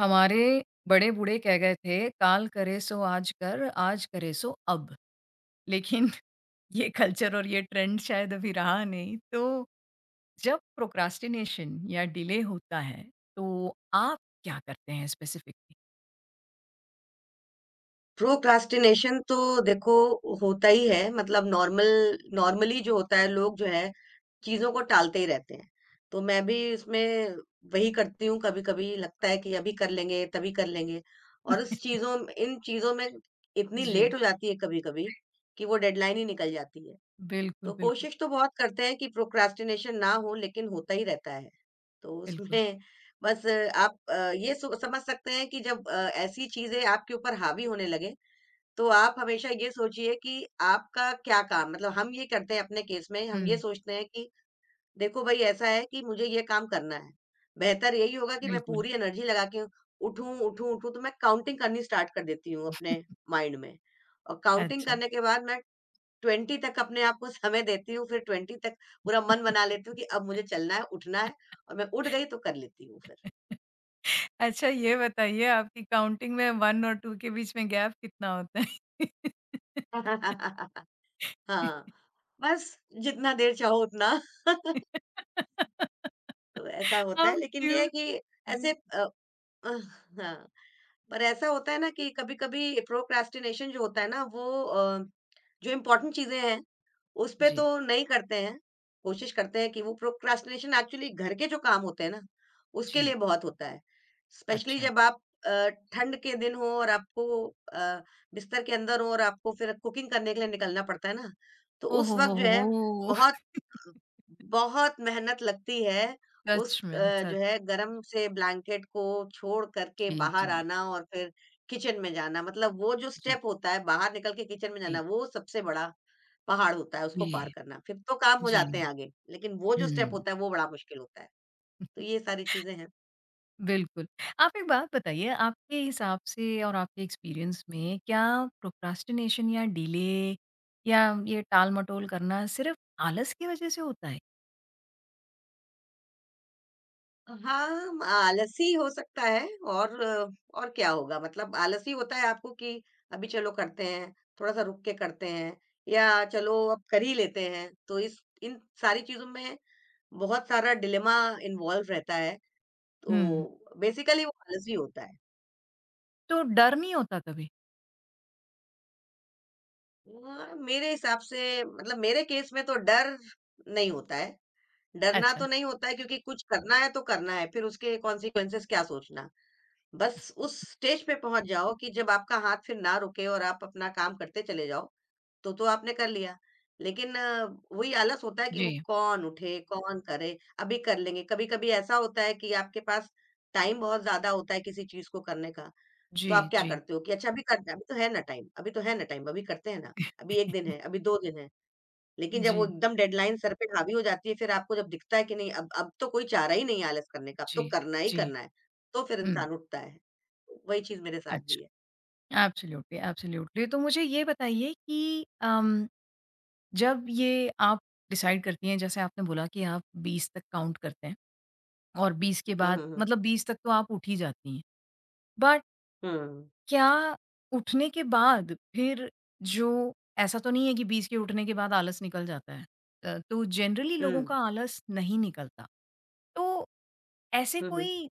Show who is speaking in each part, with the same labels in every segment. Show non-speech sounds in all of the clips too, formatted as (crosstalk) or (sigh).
Speaker 1: हमारे बड़े-बूढ़े कह गए थे, "काल करे सो आज कर, आज करे सो अब।" लेकिन (laughs) ये कल्चर और ये ट्रेंड शायद अभी रहा नहीं। तो जब प्रोक्रास्टिनेशन या डिले होता है, तो आप क्या करते हैं स्पेसिफिकली?
Speaker 2: प्रोक्रास्टिनेशन तो देखो होता ही है। मतलब नॉर्मली जो होता है, लोग जो है चीजों को टालते ही रहते हैं। तो मैं भी इसमें वही करती हूँ। कभी कभी लगता है कि अभी कर लेंगे, तभी कर लेंगे, और उस
Speaker 1: (laughs)
Speaker 2: चीजों इन चीजों में इतनी लेट
Speaker 1: जी।
Speaker 2: हो जाती है कभी कभी कि वो डेडलाइन ही निकल जाती है। तो
Speaker 1: बिल्कुल, बिल्कुल,
Speaker 2: कोशिश तो बहुत करते हैं कि प्रोक्रास्टिनेशन ना हो, लेकिन होता ही रहता है। तो
Speaker 1: बिल्कुल।
Speaker 2: उसमें बस आप ये समझ सकते हैं कि जब ऐसी चीजें आपके ऊपर हावी होने लगे, तो आप हमेशा ये सोचिए कि आपका क्या काम। मतलब हम ये करते हैं अपने केस में, हम ये
Speaker 1: हुँ,
Speaker 2: सोचते हैं कि देखो भई ऐसा है कि मुझे ये काम करना है। बेहतर यही होगा कि मैं
Speaker 1: बिल्कुल।
Speaker 2: पूरी एनर्जी लगा के उठूँ, उठूँ, उठूँ। तो मैं काउंटिंग करनी स्टार्ट कर देती हूँ अपने माइंड में। और काउंटिंग
Speaker 1: अच्छा।
Speaker 2: करने के बाद मैं 20 तक अपने आप को समय देती हूँ, फिर 20 तक पूरा मन बना
Speaker 1: (laughs)
Speaker 2: लेती हूँ कि अब मुझे चलना है, उठना है, और मैं उठ गई तो कर लेती हूँ फिर।
Speaker 1: अच्छा ये बताइए आपकी काउंटिंग में 1 और 2 के बीच में गैप कितना होता है?
Speaker 2: (laughs) हाँ, बस जितना देर चाहो उतना। (laughs)
Speaker 1: (laughs)
Speaker 2: तो ऐसा होता है।
Speaker 1: हाउ
Speaker 2: लेकिन ये है
Speaker 1: क्यूट
Speaker 2: कि
Speaker 1: है।
Speaker 2: ऐसे अ, अह, हाँ, पर ऐसा होता है ना कि कभी-कभी प्रोक्रास्टिनेशन जो होता है ना, वो जो इम्पोर्टेंट चीज़ें हैं, उसपे
Speaker 1: जी,
Speaker 2: तो नहीं करते हैं। कोशिश करते हैं कि वो प्रोक्रास्टिनेशन एक्चुअली घर के जो काम होते हैं ना, उसके लिए
Speaker 1: जी,
Speaker 2: बहुत होता है। स्पेशली
Speaker 1: अच्छा।
Speaker 2: जब आप अ, ठंड के दिन हो और आपको अ, बिस्तर के अंदर हो और आपको फिर कुकिंग करने के लिए निकलना पड़ता है ना, तो
Speaker 1: ओ
Speaker 2: उस वक़्त जो
Speaker 1: हो
Speaker 2: है
Speaker 1: हो!
Speaker 2: बहुत
Speaker 1: (laughs)
Speaker 2: बहुत मेहनत लगती है।
Speaker 1: सच में,
Speaker 2: जो
Speaker 1: सच
Speaker 2: है गरम से ब्लैंकेट को छोड़ कर के
Speaker 1: जी,
Speaker 2: बाहर
Speaker 1: जी,
Speaker 2: आना और फिर किचन में जाना। मतलब वो जो
Speaker 1: जी,
Speaker 2: स्टेप होता है, बाहर निकल के किचन में जाना,
Speaker 1: जी,
Speaker 2: वो सबसे बड़ा पहाड़ होता है। उसको पार
Speaker 1: जी,
Speaker 2: करना, फिर तो काम हो जाते
Speaker 1: जी।
Speaker 2: हैं आगे, लेकिन वो जो स्टेप
Speaker 1: हुँ,
Speaker 2: होता है वो बड़ा मुश्किल होता है। तो ये सारी चीज़ें हैं।
Speaker 1: बिल्कुल। आप एक बात बताइए, आपके हिसाब से और आपके एक्सपीरियंस में क्या प्रोक्रास्टिनेशन या डिले या ये टाल-मटोल करना सिर्फ़ आलस की वज़ह से होता है?
Speaker 2: हाँ, आलसी हो सकता है, और और क्या होगा। मतलब आलसी होता है आपको कि अभी चलो करते हैं, थोड़ा-सा रुक के करते हैं, या चलो अब कर ही लेते हैं। तो इस इन सारी चीज़ों में बहुत सारा डिलेमा इन्वॉल्व रहता है।
Speaker 1: हुँ,
Speaker 2: तो बेसिकली वो आलसी होता है।
Speaker 1: तो डर नहीं होता कभी?
Speaker 2: मेरे हिसाब से, मतलब मेरे केस में तो डर नहीं होता है। डरना
Speaker 1: अच्छा,
Speaker 2: तो नहीं होता है, क्योंकि कुछ करना है तो करना है, फिर उसके कॉन्सिक्वेंसेस क्या सोचना। बस उस स्टेज पे पहुँच जाओ कि जब आपका हाथ फिर ना रुके और आप अपना काम करते चले जाओ, तो आपने कर लिया। लेकिन वही आलस होता है कि वो
Speaker 1: जी,
Speaker 2: कौन उठे, कौन करे, अभी कर लेंगे। कभी-कभी ऐसा होता है कि आपके पास टाइम बहुत ज़्यादा होता है किसी चीज़ को करने का, तो आप
Speaker 1: जी,
Speaker 2: क्या
Speaker 1: जी।
Speaker 2: करते हो कि अच्छा अभी करना है, अभी तो है ना टाइम, अभी तो है ना टाइम, अभी करते हैं ना, अभी 1 दिन है,
Speaker 1: (laughs)
Speaker 2: अभी 2 दिन है। लेकिन जब वो
Speaker 1: जी,
Speaker 2: एकदम डेडलाइन सर पे हावी हो जाती है, फिर आपको जब दिखता है कि नहीं, अब तो कोई चारा ही नहीं है आलस करने का, अब तो
Speaker 1: जी,
Speaker 2: करना ही
Speaker 1: जी,
Speaker 2: करना है, तो फिर
Speaker 1: हुँ,
Speaker 2: इंसान उठता है। वही चीज़ मेरे साथ भी
Speaker 1: अच्छा।
Speaker 2: है।
Speaker 1: Absolutely, absolutely. तो मुझे ये बताइए कि अम, जब ये आप डिसाइड करती हैं, जैसे आपने बोला कि आप 20 तक काउंट करते हैं और 20 के
Speaker 2: हुँ,
Speaker 1: बाद
Speaker 2: हुँ, हुँ।
Speaker 1: मतलब 20 तक तो आप उठ ही जाती हैं। बट
Speaker 2: हुँ, हुँ।
Speaker 1: क्या उठने के बाद फिर जो ऐसा तो नहीं है कि 20 के उठने के बाद आलस निकल जाता है। तो जनरली लोगों का आलस नहीं निकलता। तो ऐसे
Speaker 2: हुँ, हुँ।
Speaker 1: कोई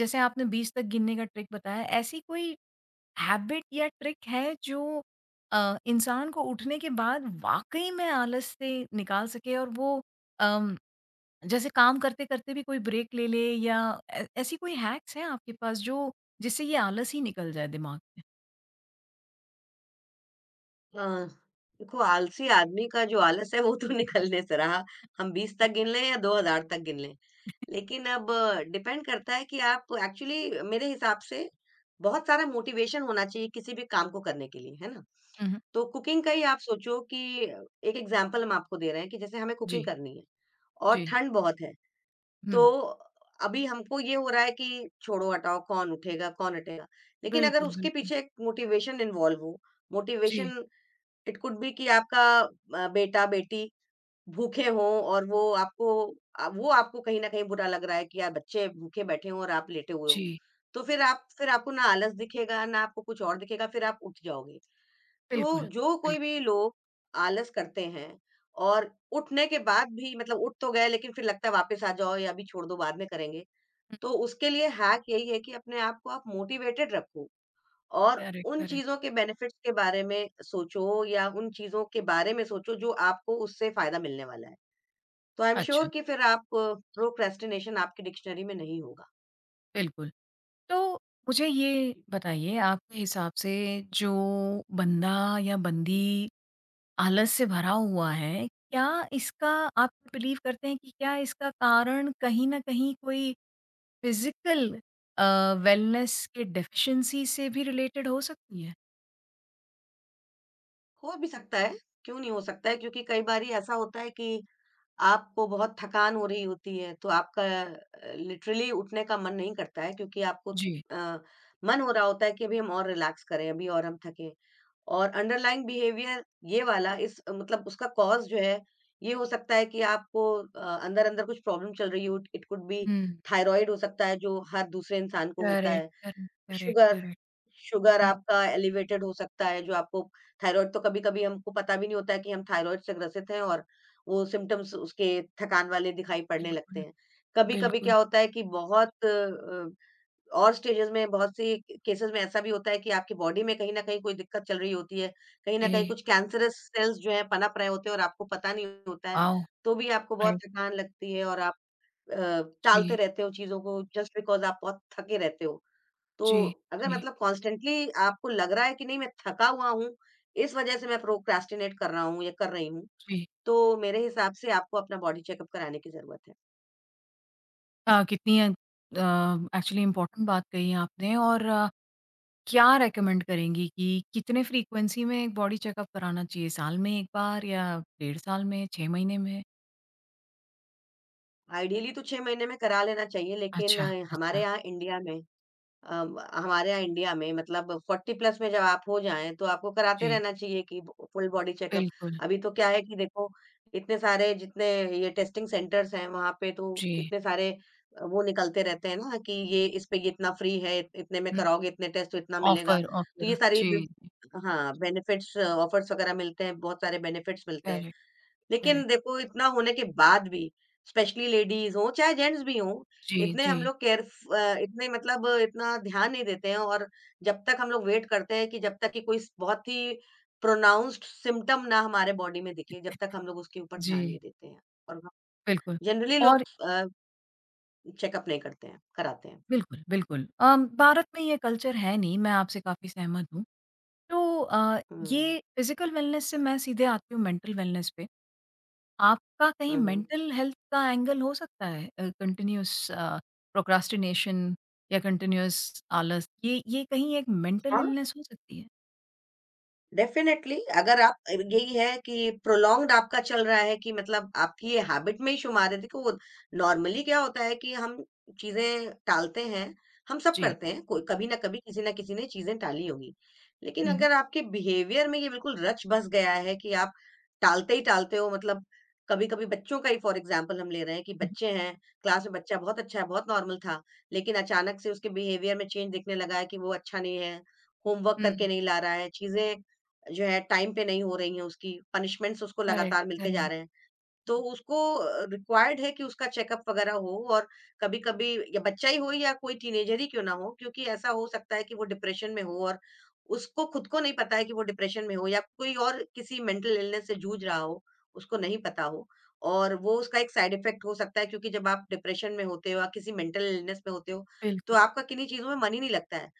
Speaker 1: जैसे आपने 20 तक गिनने का ट्रिक बताया, ऐसी कोई हैबिट या ट्रिक है जो इंसान को उठने के बाद वाक़ई में आलस से निकाल सके और वो अम, जैसे काम करते-करते भी कोई ब्रेक ले ले या ऐ ऐसी कोई हैक्स हैं आपके पास जो जिससे ये आलस ही निकल जाए दिमाग से?
Speaker 2: अ, देखो आलसी आदमी का जो आलस है वो तो (laughs) निकलने से रहा। हम 20 तक गिन लें या 2000 तक गिन लें। लेकिन अब डिपेंड करता है कि आप एक्चुअली, मेरे हिसाब से बहुत सारा मोटिवेशन होना चाहिए किसी भी काम को करने के लिए, है ना?
Speaker 1: हुँ, हुँ।
Speaker 2: तो कुकिंग का ही आप सोचो कि एक एग्ज़ाम्पल हम आपको दे रहे हैं कि जैसे हमें कुकिंग
Speaker 1: जी,
Speaker 2: करनी है और
Speaker 1: जी।
Speaker 2: ठंड बहुत है,
Speaker 1: हुँ,
Speaker 2: तो अभी हमको ये हो रहा है कि छोड़ो हटाओ, कौन उठेगा, कौन हटेगा। लेकिन अगर
Speaker 1: बिल्कुल,
Speaker 2: उसके
Speaker 1: बिल्कुल।
Speaker 2: पीछे एक मोटिवेशन इन्वॉल्व हो,
Speaker 1: जी,
Speaker 2: मोटिवेशन इट कुड बी कि आपका बेटा-बेटी भूखे हों और वो आपको कहीं न कहीं बुरा लग रहा है कि यार बच्चे भूखे बैठे हों और आप लेटे हुए हो।
Speaker 1: जी।
Speaker 2: तो फिर आप फिर आपको ना आलस दिखेगा, ना आपको कुछ और दिखेगा, फिर आप उठ जाओगे। तो
Speaker 1: बिल्कुल,
Speaker 2: जो कोई
Speaker 1: बिल्कुल।
Speaker 2: भी लोग आलस करते हैं और उठने के बाद भी, मतलब उठ तो गए लेकिन फिर लगता है वापस आ जाओ या अभी छोड़ दो, बाद में करेंगे।
Speaker 1: हुँ,
Speaker 2: तो उसके लिए हैक यही है कि अपने आप को आप मोटिवेटेड रखो, और
Speaker 1: करेक्ट,
Speaker 2: उन
Speaker 1: करेक्ट।
Speaker 2: चीज़ों के बेनिफिट्स के बारे में सोचो या उन चीज़ों के बारे में सोचो जो आपको उससे फ़ायदा मिलने वाला है। तो आई एम
Speaker 1: अच्छा,
Speaker 2: श्योर कि फिर आप, प्रोक्रेस्टिनेशन आपकी डिक्शनरी में नहीं होगा।
Speaker 1: बिल्कुल। तो मुझे ये बताइए आपके हिसाब से जो बंदा या बंदी आलस से भरा हुआ है, क्या इसका आप बिलीव करते हैं कि क्या इसका कारण कहीं न कहीं कोई फिज़िकल अ, वेलनेस के डेफिशिएंसी से भी रिलेटेड हो सकती है?
Speaker 2: हो भी सकता है, क्यों नहीं हो सकता है, क्योंकि कई बारी ऐसा होता है कि आपको बहुत थकान हो रही होती है, तो आपका लिटरली उठने का मन नहीं करता है, क्योंकि आपको
Speaker 1: जी।
Speaker 2: अ, मन हो रहा होता है कि अभी हम और रिलैक्स करें, अभी और हम थकें। और अंडरलाइंग बिहेवियर ये वाला, इस मतलब उसका कॉज़ जो है, ये हो सकता है कि आपको अंदर-अंदर कुछ प्रॉब्लम चल रही हो। इट कुड बी
Speaker 1: हुँ।
Speaker 2: थायरॉइड हो सकता है, जो हर दूसरे इंसान को होता
Speaker 1: करेक्ट,
Speaker 2: है।
Speaker 1: Correct, correct,
Speaker 2: sugar,
Speaker 1: correct.
Speaker 2: Sugar
Speaker 1: हुँ,
Speaker 2: आपका एलिवेटेड हो सकता है, जो आपको थायरॉइड तो कभी-कभी हमको पता भी नहीं होता है कि हम थायरॉइड से ग्रसित हैं, और वो सिम्पटम्स उसके थकान वाले दिखाई पड़ने लगते
Speaker 1: बिल्कुल,
Speaker 2: हैं। कभी-कभी
Speaker 1: बिल्कुल।
Speaker 2: क्या होता है कि और स्टेजेज़ में, बहुत सी केसेज़ में ऐसा भी होता है कि आपकी बॉडी में कहीं न कहीं कोई दिक्कत चल रही होती है, कहीं न कहीं
Speaker 1: जी,
Speaker 2: कुछ कैंसरस सेल्स जो हैं पनप रहे होते हैं और आपको पता नहीं होता है,
Speaker 1: वाओ!
Speaker 2: तो भी आपको बहुत
Speaker 1: राइट।
Speaker 2: थकान लगती है और आप अ, टालते
Speaker 1: जी,
Speaker 2: रहते हो चीज़ों को, जस्ट बिकॉज़ आप बहुत थके रहते हो। तो
Speaker 1: जी,
Speaker 2: अगर,
Speaker 1: जी,
Speaker 2: मतलब कॉन्स्टेंटली आपको लग रहा है कि नहीं मैं थका हुआ हूँ, इस वजह से मैं प्रोक्रेस्टिनेट कर रहा हूँ या कर रही हूँ,
Speaker 1: जी।
Speaker 2: तो मेरे हिसाब से आपको अपना बॉडी चेकअप कराने की ज़रूरत है।
Speaker 1: कितनी एक्चुअली इम्पोर्टेंट बात कही आपने और क्या रेकमेंड करेंगी कि कितने फ्रीक्वेंसी में एक बॉडी चेकअप कराना चाहिए? साल में 1 बार या डेढ़ साल में, 6 महीने में?
Speaker 2: आइडियली तो 6 महीने में करा लेना चाहिए, लेकिन
Speaker 1: अच्छा, अच्छा।
Speaker 2: हमारे यहाँ इंडिया में, मतलब 40 प्लस में जब आप हो जाएँ, तो आपको कराते
Speaker 1: जी,
Speaker 2: रहना चाहिए कि ब फुल बॉडी चेकअप।
Speaker 1: बिल्कुल।
Speaker 2: अभी तो क्या है कि देखो, इतने सारे जितने ये टेस्टिंग सेंटर्स हैं, वहाँ पे तो
Speaker 1: जी।
Speaker 2: इतने सारे वो निकलते रहते हैं ना कि ये इस पे ये इतना फ्री है, इतने में
Speaker 1: हुँ,
Speaker 2: कराओगे, इतने टेस्ट तो इतना मिलेगा।
Speaker 1: ऑफ़र
Speaker 2: तो ये
Speaker 1: ऑफ़र।
Speaker 2: सारी बि
Speaker 1: जी,
Speaker 2: हाँ, बेनिफिट्स, ऑफर्स वगैरह मिलते हैं, बहुत सारे बेनिफिट्स मिलते हैं।
Speaker 1: करेक्ट,
Speaker 2: लेकिन
Speaker 1: करेक्ट।
Speaker 2: देखो इतना होने के बाद भी, स्पेशली लेडीज हो चाहे जेंट्स भी हो,
Speaker 1: जी,
Speaker 2: इतने
Speaker 1: जी,
Speaker 2: हम लोग केयर, इतने मतलब इतना ध्यान नहीं देते हैं, और जब तक हम लोग वेट करते हैं कि जब तक कि कोई बहुत ही प्रोनाउंस्ड सिम्टम ना हमारे बॉडी में दिखे, जब तक हम लोग उसके ऊपर ध्यान नहीं
Speaker 1: जी,
Speaker 2: देते हैं, और
Speaker 1: बिल्कुल।
Speaker 2: जनरली लोग
Speaker 1: और
Speaker 2: चेकअप नहीं करते हैं, कराते हैं।
Speaker 1: बिल्कुल, बिल्कुल। भारत में ये कल्चर है नहीं, मैं आपसे काफ़ी सहमत हूँ। तो
Speaker 2: हम्म,
Speaker 1: ये फिज़िकल वेलनेस से मैं सीधे आती हूँ मेंटल वेलनेस पे। आपका कहीं
Speaker 2: हम्म।
Speaker 1: मेंटल हेल्थ का एंगल हो सकता है कंटिन्यूअस प्रोक्रास्टिनेशन या कंटिन्यूअस आलस ये कहीं एक मेंटल
Speaker 2: हाँ,
Speaker 1: इलनेस हो सकती है?
Speaker 2: डेफिनेटली, अगर आप, यही है कि प्रोलॉन्ग्ड आपका चल रहा है कि, मतलब आपकी ये हैबिट में ही शुमार है। देखो नॉर्मली क्या होता है कि हम चीजें टालते हैं, हम सब
Speaker 1: जी।
Speaker 2: करते हैं, कोई कभी ना कभी किसी ना किसी ने चीजें टाली होगी। लेकिन
Speaker 1: हुँ,
Speaker 2: अगर आपके बिहेवियर में ये बिल्कुल रच बस गया है कि आप टालते ही टालते हो, मतलब कभी कभी बच्चों का ही फॉर एग्जाम्पल हम ले रहे हैं कि
Speaker 1: हुँ।
Speaker 2: बच्चे हैं, क्लास में बच्चा बहुत अच्छा है, बहुत नॉर्मल था, लेकिन अचानक से उसके बिहेवियर में चेंज दिखने लगा है कि वो अच्छा नहीं है, होमवर्क करके
Speaker 1: हुँ।
Speaker 2: नहीं ला रहा है, चीजें जो है टाइम पे नहीं हो रही हैं, उसकी पनिशमेंट्स उसको
Speaker 1: करेक्ट,
Speaker 2: लगातार मिलते जा
Speaker 1: करेक्ट।
Speaker 2: रहे हैं। तो
Speaker 1: हुँ।
Speaker 2: उसको रिक्वायर्ड है कि उसका चेकअप वगैरह हो, और कभी-कभी, या बच्चा ही हो या कोई टीनेजर ही क्यों ना हो, क्योंकि ऐसा हो सकता है कि वो डिप्रेशन में हो और उसको खुद को नहीं पता है कि वो डिप्रेशन में हो, या कोई और किसी मेंटल इलनेस से जूझ रहा हो, उसको नहीं पता हो। और वो उसका एक साइड इफेक्ट हो सकता है, क्योंकि जब आप डिप्रेशन में होते हो या किसी मेंटल इलनेस में होते हो, तो
Speaker 1: बिल्कुल,
Speaker 2: आपका किन्हीं चीज़ों में मन ही नहीं लगता है।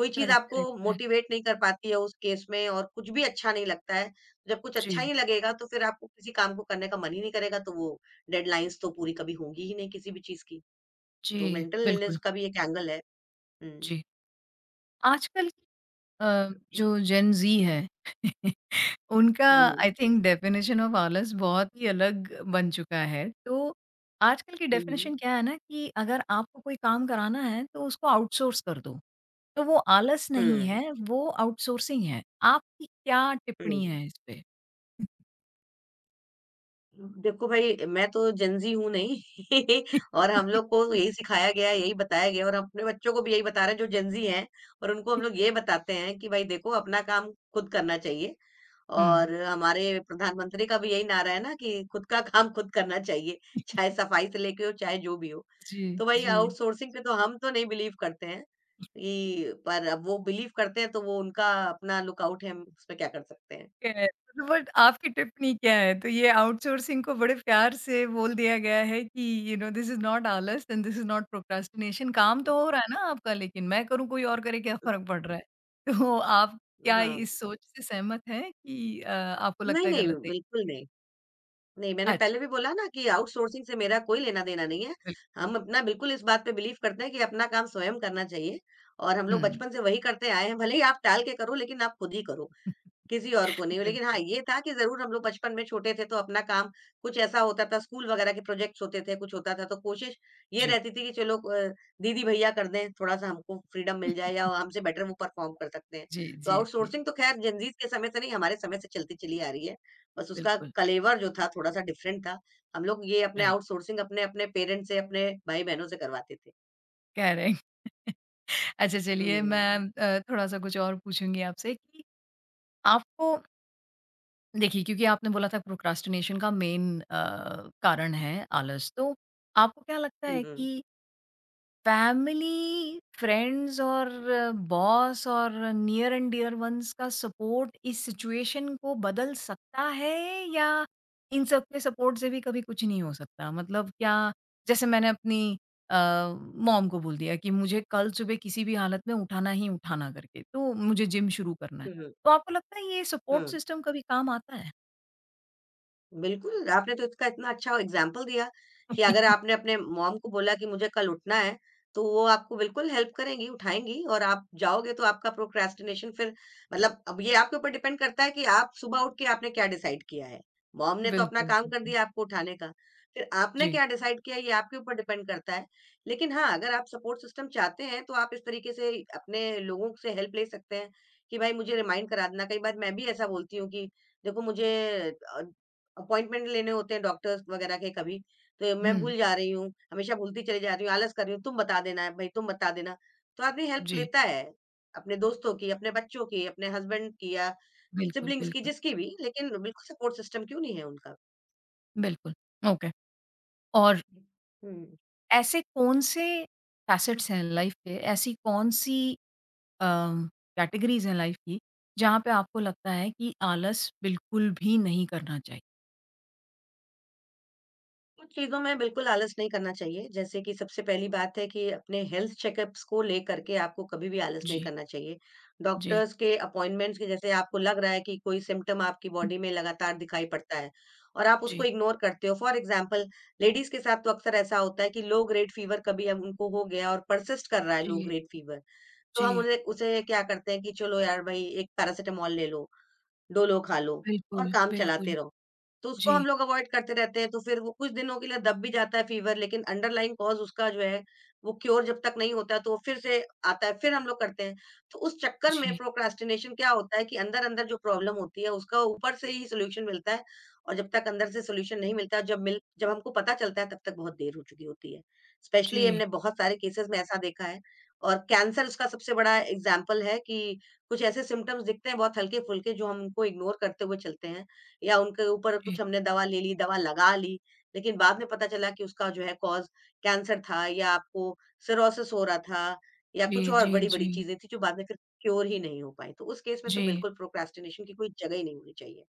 Speaker 2: कोई चीज़
Speaker 1: करेक्ट,
Speaker 2: आपको
Speaker 1: करेक्ट, करेक्ट।
Speaker 2: मोटिवेट नहीं कर पाती है उस केस में, और कुछ भी अच्छा नहीं लगता है। जब कुछ अच्छा
Speaker 1: जी,
Speaker 2: ही लगेगा, तो फिर आपको किसी काम को करने का मन ही नहीं करेगा, तो वो डेडलाइंस तो पूरी कभी होंगी ही नहीं किसी भी चीज की। तो
Speaker 1: जी,
Speaker 2: मेंटल इलनेस
Speaker 1: बिल्कुल,
Speaker 2: का भी एक एंगल है। हम्म,
Speaker 1: जी। आजकल की अ, जो जेन ज़ी है (laughs) उनका
Speaker 2: hmm, hmm,
Speaker 1: I think definition of आलस बहुत ही अलग बन चुका है। तो आजकल की
Speaker 2: हम्म,
Speaker 1: डेफिनेशन क्या है ना कि अगर आपको कोई काम कराना है तो उसको आउटसोर्स कर दो। तो वो आलस नहीं
Speaker 2: हम्म,
Speaker 1: है, वो आउटसोर्सिंग है। आपकी क्या
Speaker 2: हम्म।
Speaker 1: टिप्पणी है इस पे?
Speaker 2: देखो भाई, मैं तो जेनज़ी हूँ नहीं (laughs) और हम लोग
Speaker 1: (laughs)
Speaker 2: को यही सिखाया गया है, यही बताया गया है, और हम अपने बच्चों को भी यही बता रहे हैं जो जेनज़ी हैं और उनको हम लोग ये बताते हैं कि भाई देखो, अपना काम खुद करना चाहिए।
Speaker 1: हुँ।
Speaker 2: और हमारे प्रधानमंत्री का भी यही नारा है ना कि खुद का काम खुद करना चाहिए, चाहे सफाई से लेके हो, चाहे जो भी हो।
Speaker 1: जी,
Speaker 2: तो भाई
Speaker 1: जी।
Speaker 2: आउटसोर्सिंग पे तो हम तो नहीं बिलीव करते हैं कि, पर अब वो बिलीव करते हैं तो वो उनका अपना लुकआउट है, हम उसमें क्या कर सकते हैं।
Speaker 1: है, तो बट आपकी टिप्पणी क्या है? तो ये आउटसोर्सिंग को बड़े प्यार से बोल दिया गया है कि you know this is not आलस and this is not procrastination काम तो हो रहा है ना आपका लेकिन मैं करूँ कोई और करे क्या फ़र्क
Speaker 2: (laughs)
Speaker 1: पड़ रहा है? (laughs) तो आप क्या
Speaker 2: हाँ।
Speaker 1: इस सोच से सहमत हैं कि आपको
Speaker 2: नहीं,
Speaker 1: लगता है
Speaker 2: नहीं,
Speaker 1: गलत है?
Speaker 2: बिल्कुल नहीं। नहीं, मैंने
Speaker 1: अच्छा,
Speaker 2: पहले भी बोला ना कि आउटसोर्सिंग से मेरा कोई लेना-देना नहीं है।
Speaker 1: बिल्कुल,
Speaker 2: हम अपना बिल्कुल इस बात पे बिलीव करते हैं कि अपना काम स्वयं करना चाहिए और हम लोग
Speaker 1: हुँ,
Speaker 2: बचपन से वही करते आए हैं। भले ही आप टाल के करो, लेकिन आप खुद ही करो।
Speaker 1: (laughs)
Speaker 2: किसी और को नहीं। लेकिन हाँ,
Speaker 1: बिल्कुल,
Speaker 2: ये था कि ज़रूर हम लोग बचपन में छोटे थे तो अपना काम कुछ ऐसा होता था, स्कूल वगैरह के प्रोजेक्ट्स होते थे, कुछ होता था तो कोशिश ये
Speaker 1: जी।
Speaker 2: रहती थी कि चलो दीदी भैया कर दें, थोड़ा-सा हमको फ्रीडम मिल जाए या
Speaker 1: (laughs)
Speaker 2: हमसे बेटर वो परफ़ॉर्म कर सकते हैं।
Speaker 1: जी,
Speaker 2: तो
Speaker 1: जी, जी,
Speaker 2: आउटसोर्सिंग तो ख़ैर जेनज़ीज़ के समय से नहीं, हमारे समय से चलती चली आ रही है। बस उसका
Speaker 1: बिल्कुल,
Speaker 2: कलेवर जो था थोड़ा-सा डिफरेंट था। हम लोग ये अपने
Speaker 1: राइट,
Speaker 2: आउटसोर्सिंग अपने-अपने पेरेंट्स से, अपने भाई-बहनों से करवाते थे।
Speaker 1: करेक्ट। (laughs) अच्छा चलिए मैं
Speaker 2: हुँ।
Speaker 1: थोड़ा-सा कुछ और पूछूँगी आपसे कि आपको देखिए, क्योंकि आपने बोला था प्रोक्रास्टिनेशन का मेन कारण है आलस। तो आपको क्या लगता
Speaker 2: हुँ,
Speaker 1: है
Speaker 2: हुँ।
Speaker 1: कि फैमिली, फ्रेंड्स और बॉस और नियर एंड डियर वन्स का सपोर्ट इस सिचुएशन को बदल सकता है या इन सब के सपोर्ट से भी कभी कुछ नहीं हो सकता? मतलब क्या जैसे मैंने अपनी मॉम को बोल दिया कि मुझे कल सुबह किसी भी हालत में उठाना ही उठाना करके, तो मुझे जिम शुरू करना है।
Speaker 2: हुँ, हुँ।
Speaker 1: तो आपको लगता है ये सपोर्ट
Speaker 2: हुँ।
Speaker 1: सिस्टम कभी काम आता है?
Speaker 2: बिल्कुल, आपने तो इसका इतना अच्छा एग्ज़ाम्पल दिया कि अगर आपने
Speaker 1: (laughs)
Speaker 2: अपने मॉम को बोला कि मुझे कल उठना है, तो वो आपको बिल्कुल हेल्प करेंगी, उठाएँगी और आप जाओगे तो आपका प्रोक्रेस्टिनेशन फिर, मतलब अब ये आपके ऊपर डिपेंड करता है कि आप सुबह उठ के आपने क्या डिसाइड किया है। मॉम ने तो अपना
Speaker 1: बिल्कुल,
Speaker 2: काम कर
Speaker 1: बिल्कुल।
Speaker 2: दिया आपको उठाने का, फिर आपने
Speaker 1: जी।
Speaker 2: क्या डिसाइड किया ये आपके ऊपर डिपेंड करता है। लेकिन हाँ, अगर आप सपोर्ट सिस्टम चाहते हैं तो आप इस तरीके से अपने लोगों से हेल्प ले सकते हैं कि भाई मुझे रिमाइंड करा देना। कई बार मैं भी ऐसा बोलती हूँ कि देखो, मुझे अ, अपॉइंटमेंट लेने होते हैं डॉक्टर्स वगैरह के कभी, तो मैं
Speaker 1: हुँ,
Speaker 2: भूल जा रही हूँ, हमेशा भूलती चली जा रही हूँ, आलस कर रही हूँ, तुम बता देना भई, तुम बता देना। तो आदमी हेल्प
Speaker 1: जी।
Speaker 2: लेता है, अपने दोस्तों की, अपने बच्चों की, अपने हस्बैंड की या
Speaker 1: बिल्कुल,
Speaker 2: सिब्लिंग्स की,
Speaker 1: बिल्कुल,
Speaker 2: जिसकी भी, लेकिन बिल्कुल सपोर्ट सिस्टम क्यों नहीं है उनका?
Speaker 1: बिल्कुल। ओके। और
Speaker 2: हुँ।
Speaker 1: ऐसे कौन-से फ़ैसेट्स हैं लाइफ़ के, ऐसी कौन-सी अम, कैटेगरीज़ हैं लाइफ़ की, जहाँ पे आपको लगता है कि आलस बिल्कुल भी नहीं करना चाहिए?
Speaker 2: कुछ चीज़ों में बिल्कुल आलस नहीं करना चाहिए। जैसे कि सबसे पहली बात है कि अपने हेल्थ चेकअप्स को लेकर के आपको कभी भी आलस नहीं
Speaker 1: जी,
Speaker 2: करना चाहिए।
Speaker 1: जी,
Speaker 2: डॉक्टर्स के अपॉइंटमेंट्स के, जैसे आपको लग रहा है कि कोई सिम्पटम आपकी
Speaker 1: हुँ,
Speaker 2: बॉडी में लगातार दिखाई पड़ता है और आप उसको
Speaker 1: जी,
Speaker 2: इग्नोर करते हो। फॉर एग्ज़ाम्पल लेडीज़ के साथ तो अक्सर ऐसा होता है कि लो ग्रेड फ़ीवर कभी अब उनको हो गया और पर्सिस्ट कर रहा है लो
Speaker 1: जी,
Speaker 2: ग्रेड फ़ीवर। तो हम
Speaker 1: जी।
Speaker 2: उन्हें उसे क्या करते हैं कि चलो यार भई, एक पैरासिटामॉल ले लो, डोलो खा लो और
Speaker 1: बिल्कुल,
Speaker 2: काम चलाते
Speaker 1: बिल्कुल।
Speaker 2: रहो। तो उसको
Speaker 1: जी,
Speaker 2: हम लोग अवॉइड करते रहते हैं, तो फिर वो कुछ दिनों के लिए दब भी जाता है फ़ीवर, लेकिन अंडरलाइंग कॉज़ उसका जो है, वो क्योर जब तक नहीं होता है तो वो फिर से आता है, फिर हम लोग करते हैं। तो उस चक्कर में
Speaker 1: जी,
Speaker 2: प्रोक्रास्टिनेशन क्या होता है कि अंदर-अंदर जो प्रॉब्लम होती है उसका ऊपर से ही सॉल्यूशन मिलता है और जब तक अंदर से सॉल्यूशन नहीं मिलता है, जब हमको पता चलता है तब तक बहुत देर हो चुकी होती है। स्पेशली
Speaker 1: जी,
Speaker 2: हमने बहुत सारे केसेज़ में ऐसा देखा है और कैंसर उसका सबसे बड़ा एग्ज़ाम्पल है कि कुछ ऐसे सिम्पटम्स दिखते हैं बहुत हल्के-फुल्के जो हम उनको इग्नोर करते हुए चलते हैं या उनके ऊपर
Speaker 1: जी,
Speaker 2: कुछ हमने दवा ले ली, दवा लगा ली, लेकिन बाद में पता चला कि उसका जो है कॉज़ कैंसर था या आपको सिरोसिस हो रहा था या
Speaker 1: जी,
Speaker 2: कुछ और
Speaker 1: जी, जी,
Speaker 2: बड़ी-बड़ी चीज़ें थी जो बाद में फिर क्योर ही नहीं हो पाई। तो उस केस में तो
Speaker 1: जी।
Speaker 2: बिल्कुल प्रोक्रेस्टिनेशन की कोई जगह ही नहीं होनी चाहिए।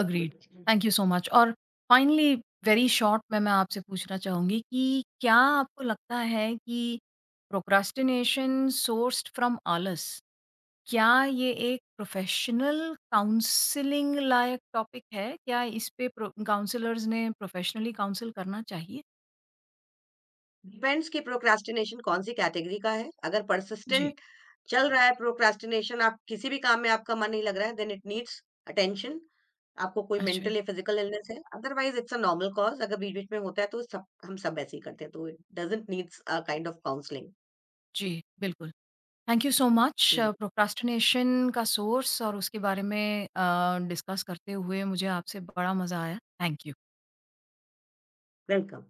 Speaker 1: Agreed. Thank you so much और फाइनली वेरी शॉर्ट में मैं आपसे पूछना चाहूँगी कि क्या आपको लगता है कि प्रोक्रास्टिनेशन सोर्स्ड फ्रॉम आलस, क्या ये एक प्रोफ़ेशनल काउंसलिंग लायक टॉपिक है? क्या इस पे प्रो काउंसलर्स ने प्रोफ़ेशनली काउंसल करना चाहिए?
Speaker 2: डिपेंड्स कि प्रोक्रेस्टिनेशन कौन-सी कैटेगरी का है। अगर
Speaker 1: जी,
Speaker 2: पर्सिस्टेंट चल रहा है प्रोक्रास्टिनेशन, आप किसी भी काम में आपका मन नहीं लग रहा है, देन इट नीड्स अटेंशन, आपको कोई
Speaker 1: अच्छा।
Speaker 2: मेंटल या फिजिकल इलनेस है। Otherwise it's a normal cause, अगर बीच बीच में होता है तो सब, हम सब ऐसे ही करते हैं, तो it doesn't needs a kind of counselling.
Speaker 1: जी, बिल्कुल। Thank you so much procrastination का सोर्स और उसके बारे में डिस्कस करते हुए मुझे आपसे बड़ा मज़ा आया। Thank you.
Speaker 2: वेलकम।